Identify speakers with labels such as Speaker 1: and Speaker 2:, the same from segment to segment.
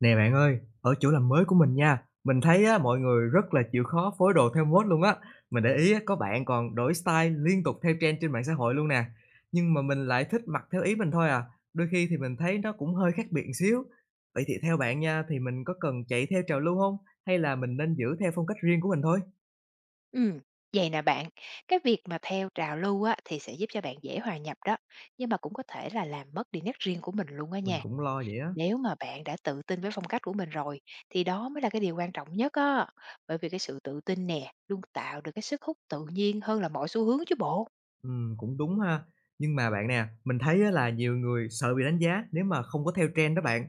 Speaker 1: Nè bạn ơi, ở chỗ làm mới của mình nha, mình thấy á, mọi người rất là chịu khó phối đồ theo mốt luôn á. Mình để ý á, có bạn còn đổi style liên tục theo trend trên mạng xã hội luôn nè. Nhưng mà mình lại thích mặc theo ý mình thôi à. Đôi khi thì mình thấy nó cũng hơi khác biệt một xíu. Vậy thì theo bạn nha, thì mình có cần chạy theo trào lưu không? Hay là mình nên giữ theo phong cách riêng của mình thôi?
Speaker 2: Ừm, vậy nè bạn, cái việc mà theo trào lưu á, thì sẽ giúp cho bạn dễ hòa nhập đó, nhưng mà cũng có thể là làm mất đi nét riêng của mình luôn á
Speaker 1: Mình
Speaker 2: nha.
Speaker 1: cũng lo vậy á.
Speaker 2: Nếu mà bạn đã tự tin với phong cách của mình rồi, thì đó mới là cái điều quan trọng nhất á. Bởi vì cái sự tự tin nè, luôn tạo được cái sức hút tự nhiên hơn là mọi xu hướng chứ bộ.
Speaker 1: Cũng đúng ha. Nhưng mà bạn nè, mình thấy á là nhiều người sợ bị đánh giá nếu mà không có theo trend đó bạn.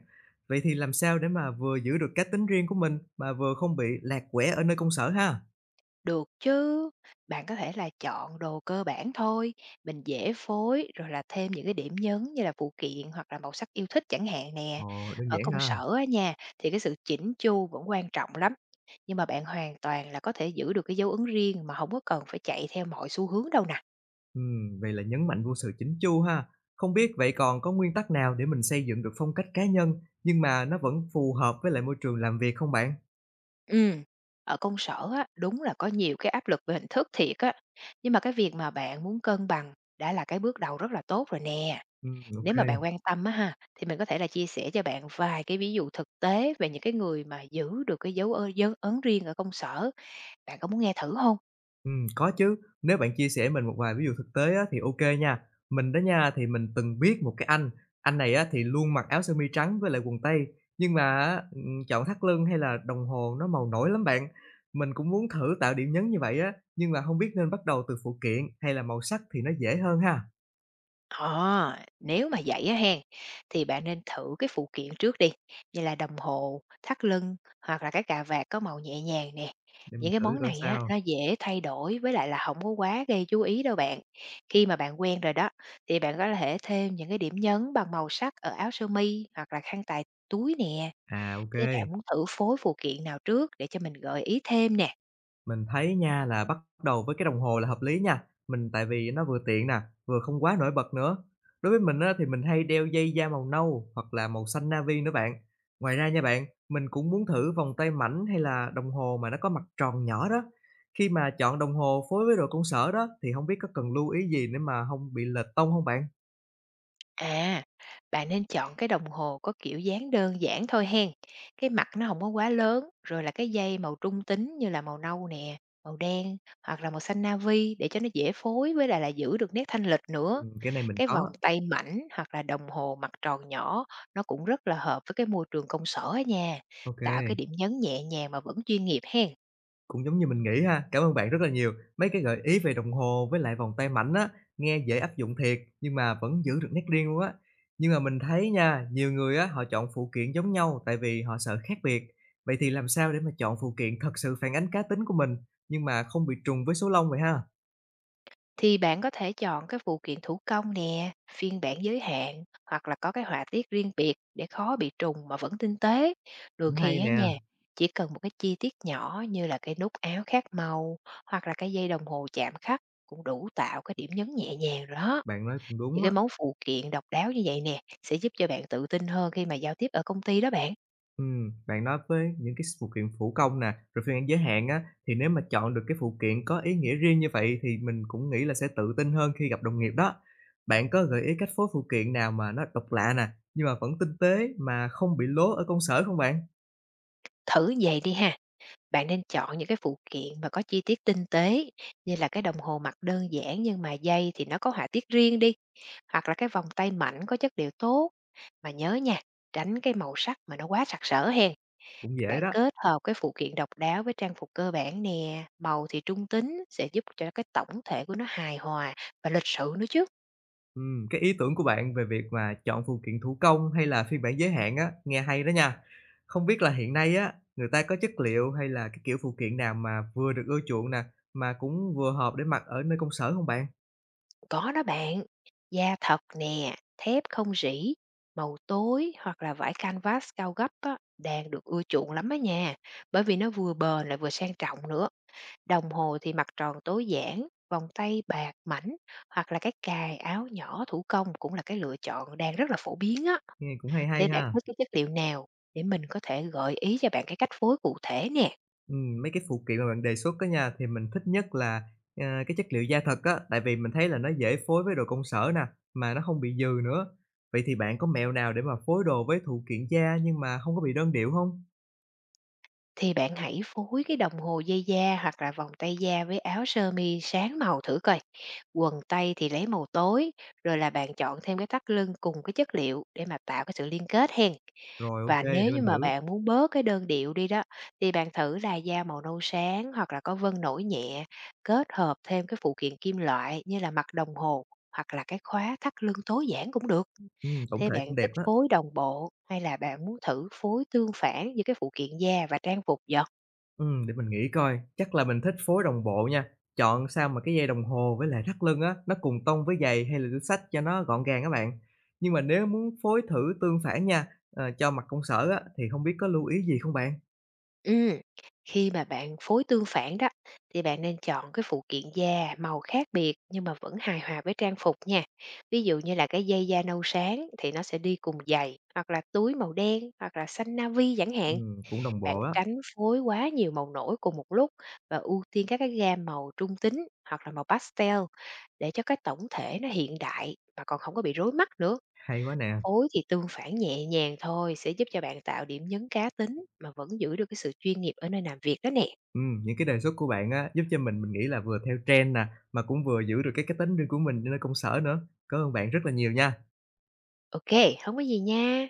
Speaker 1: Vậy thì làm sao để mà vừa giữ được cá tính riêng của mình mà vừa không bị lạc quẻ ở nơi công sở ha?
Speaker 2: Được chứ, bạn có thể là chọn đồ cơ bản thôi, mình dễ phối rồi là thêm những cái điểm nhấn như là phụ kiện hoặc là màu sắc yêu thích chẳng hạn nè.
Speaker 1: Ồ, đơn
Speaker 2: Ở
Speaker 1: giản
Speaker 2: công
Speaker 1: ha.
Speaker 2: sở á nha, thì cái sự chỉnh chu vẫn quan trọng lắm. Nhưng mà bạn hoàn toàn là có thể giữ được cái dấu ấn riêng mà không có cần phải chạy theo mọi xu hướng đâu nè.
Speaker 1: Vậy là nhấn mạnh vô sự chỉnh chu ha. Không biết vậy còn có nguyên tắc nào để mình xây dựng được phong cách cá nhân nhưng mà nó vẫn phù hợp với lại môi trường làm việc không bạn?
Speaker 2: Ừ. Ở công sở á, đúng là có nhiều cái áp lực về hình thức thiệt á. Nhưng mà cái việc mà bạn muốn cân bằng đã là cái bước đầu rất là tốt rồi nè.
Speaker 1: OK.
Speaker 2: Nếu mà bạn quan tâm á ha, thì mình có thể là chia sẻ cho bạn vài cái ví dụ thực tế về những cái người mà giữ được cái dấu ấn riêng ở công sở, bạn có muốn nghe thử không?
Speaker 1: Có chứ, nếu bạn chia sẻ mình một vài ví dụ thực tế á, thì OK nha. Mình đó nha, thì mình từng biết một cái anh này á, thì luôn mặc áo sơ mi trắng với lại quần tây, nhưng mà á, chọn thắt lưng hay là đồng hồ nó màu nổi lắm bạn. Mình cũng muốn thử tạo điểm nhấn như vậy á, nhưng mà không biết nên bắt đầu từ phụ kiện hay là màu sắc thì nó dễ hơn ha?
Speaker 2: À, nếu mà vậy á hen, thì bạn nên thử cái phụ kiện trước đi, như là đồng hồ, thắt lưng hoặc là cái cà vạt có màu nhẹ nhàng nè.
Speaker 1: Để mình
Speaker 2: Những cái
Speaker 1: thử
Speaker 2: món
Speaker 1: coi
Speaker 2: này á,
Speaker 1: sao.
Speaker 2: nó dễ thay đổi với lại là không có quá gây chú ý đâu bạn. Khi mà bạn quen rồi đó, thì bạn có thể thêm những cái điểm nhấn bằng màu sắc ở áo sơ mi hoặc là khăn tài túi nè.
Speaker 1: À, OK.
Speaker 2: Thế bạn muốn thử phối phụ kiện nào trước để cho mình gợi ý thêm nè?
Speaker 1: Mình thấy nha là bắt đầu với cái đồng hồ là hợp lý nha, mình tại vì nó vừa tiện nè, vừa không quá nổi bật nữa. Đối với mình á, thì mình hay đeo dây da màu nâu hoặc là màu xanh navy nữa bạn. Ngoài ra nha bạn, mình cũng muốn thử vòng tay mảnh hay là đồng hồ mà nó có mặt tròn nhỏ đó. Khi mà chọn đồng hồ phối với đồ công sở đó thì không biết có cần lưu ý gì để mà không bị lệch tông không bạn?
Speaker 2: À, bạn nên chọn cái đồng hồ có kiểu dáng đơn giản thôi hen. Cái mặt nó không có quá lớn, rồi là cái dây màu trung tính như là màu nâu nè, màu đen hoặc là màu xanh navy để cho nó dễ phối với lại là giữ được nét thanh lịch nữa.
Speaker 1: Cái này mình
Speaker 2: Cái vòng
Speaker 1: có.
Speaker 2: tay mảnh hoặc là đồng hồ mặt tròn nhỏ nó cũng rất là hợp với cái môi trường công sở ở nhà, tạo cái
Speaker 1: OK.
Speaker 2: điểm nhấn nhẹ nhàng mà vẫn chuyên nghiệp hen.
Speaker 1: Cũng giống như mình nghĩ ha. Cảm ơn bạn rất là nhiều. Mấy cái gợi ý về đồng hồ với lại vòng tay mảnh á, nghe dễ áp dụng thiệt, nhưng mà vẫn giữ được nét riêng luôn á. Nhưng mà mình thấy nha, nhiều người á, họ chọn phụ kiện giống nhau tại vì họ sợ khác biệt. Vậy thì làm sao để mà chọn phụ kiện thật sự phản ánh cá tính của mình, nhưng mà không bị trùng với số lông vậy ha?
Speaker 2: Thì bạn có thể chọn các phụ kiện thủ công nè, phiên bản giới hạn hoặc là có cái họa tiết riêng biệt để khó bị trùng mà vẫn tinh tế. Đôi
Speaker 1: Cũng hay
Speaker 2: khi á
Speaker 1: nè,
Speaker 2: nha, chỉ cần một cái chi tiết nhỏ như là cái nút áo khác màu hoặc là cái dây đồng hồ chạm khắc cũng đủ tạo cái điểm nhấn nhẹ nhàng rồi đó.
Speaker 1: bạn nói cũng
Speaker 2: Những
Speaker 1: đúng á.
Speaker 2: cái món phụ kiện độc đáo như vậy nè sẽ giúp cho bạn tự tin hơn khi mà giao tiếp ở công ty đó bạn.
Speaker 1: Bạn nói với những cái phụ kiện thủ công nè, rồi phương án giới hạn á, thì nếu mà chọn được cái phụ kiện có ý nghĩa riêng như vậy thì mình cũng nghĩ là sẽ tự tin hơn khi gặp đồng nghiệp đó. Bạn có gợi ý cách phối phụ kiện nào mà nó độc lạ nè, nhưng mà vẫn tinh tế mà không bị lố ở công sở không bạn?
Speaker 2: Thử vậy đi ha. Bạn nên chọn những cái phụ kiện mà có chi tiết tinh tế như là cái đồng hồ mặt đơn giản nhưng mà dây thì nó có họa tiết riêng đi. Hoặc là cái vòng tay mảnh có chất liệu tốt, mà nhớ nha, tránh cái màu sắc mà nó quá sặc sỡ hen.
Speaker 1: Cũng dễ
Speaker 2: Bạn
Speaker 1: đó.
Speaker 2: kết hợp cái phụ kiện độc đáo với trang phục cơ bản nè, màu thì trung tính sẽ giúp cho cái tổng thể của nó hài hòa và lịch sự nữa chứ.
Speaker 1: Cái ý tưởng của bạn về việc mà chọn phụ kiện thủ công hay là phiên bản giới hạn á, nghe hay đó nha. Không biết là hiện nay á, người ta có chất liệu hay là cái kiểu phụ kiện nào mà vừa được ưa chuộng nè, mà cũng vừa hợp để mặc ở nơi công sở không bạn?
Speaker 2: Có đó bạn, da thật nè, thép không rỉ, màu tối hoặc là vải canvas cao gấp á, đang được ưa chuộng lắm á nha, bởi vì nó vừa bền lại vừa sang trọng nữa. Đồng hồ thì mặt tròn tối giản, vòng tay bạc mảnh hoặc là cái cài áo nhỏ thủ công cũng là cái lựa chọn đang rất là phổ biến á.
Speaker 1: Nghe cũng hay
Speaker 2: Thế
Speaker 1: hay
Speaker 2: bạn
Speaker 1: ha.
Speaker 2: thích cái chất liệu nào để mình có thể gợi ý cho bạn cái cách phối cụ thể nè.
Speaker 1: Mấy cái phụ kiện mà bạn đề xuất á nha, thì mình thích nhất là, cái chất liệu da thật á, tại vì mình thấy là nó dễ phối với đồ công sở nè, mà nó không bị dừ nữa. Vậy thì bạn có mẹo nào để mà phối đồ với phụ kiện da nhưng mà không có bị đơn điệu không.
Speaker 2: Thì bạn hãy phối cái đồng hồ dây da hoặc là vòng tay da với áo sơ mi sáng màu thử coi. Quần tây thì lấy màu tối, rồi là bạn chọn thêm cái thắt lưng cùng cái chất liệu để mà tạo cái sự liên kết hen.
Speaker 1: Rồi, OK,
Speaker 2: Và nếu
Speaker 1: để mình
Speaker 2: như mà
Speaker 1: thử.
Speaker 2: bạn muốn bớt cái đơn điệu đi đó, thì bạn thử là da màu nâu sáng hoặc là có vân nổi nhẹ, kết hợp thêm cái phụ kiện kim loại như là mặt đồng hồ hoặc là cái khóa thắt lưng tối giản cũng được.
Speaker 1: Tổng
Speaker 2: Thế
Speaker 1: thể
Speaker 2: bạn
Speaker 1: cũng đẹp
Speaker 2: thích
Speaker 1: á.
Speaker 2: phối đồng bộ hay là bạn muốn thử phối tương phản giữa cái phụ kiện da và trang phục vậy?
Speaker 1: Để mình nghĩ coi, chắc là mình thích phối đồng bộ nha, chọn sao mà cái dây đồng hồ với lại thắt lưng á, nó cùng tông với giày hay là túi xách cho nó gọn gàng các bạn. Nhưng mà nếu muốn phối thử tương phản nha, cho mặt công sở á, thì không biết có lưu ý gì không bạn?
Speaker 2: ừ, khi mà bạn phối tương phản đó thì bạn nên chọn cái phụ kiện da màu khác biệt nhưng mà vẫn hài hòa với trang phục nha. Ví dụ như là cái dây da nâu sáng thì nó sẽ đi cùng giày hoặc là túi màu đen hoặc là xanh navy chẳng hạn.
Speaker 1: Cũng đồng
Speaker 2: Bạn
Speaker 1: bộ á,
Speaker 2: tránh phối quá nhiều màu nổi cùng một lúc và ưu tiên các cái gam màu trung tính hoặc là màu pastel để cho cái tổng thể nó hiện đại mà còn không có bị rối mắt nữa.
Speaker 1: hay quá nè.
Speaker 2: Phối thì tương phản nhẹ nhàng thôi sẽ giúp cho bạn tạo điểm nhấn cá tính mà vẫn giữ được cái sự chuyên nghiệp ở nơi làm việc đó nè.
Speaker 1: Những cái đề xuất của bạn á, giúp cho mình nghĩ là vừa theo trend nè, mà cũng vừa giữ được cái tính riêng của mình nơi công sở nữa. Cảm ơn bạn rất là nhiều nha.
Speaker 2: ok, không có gì nha.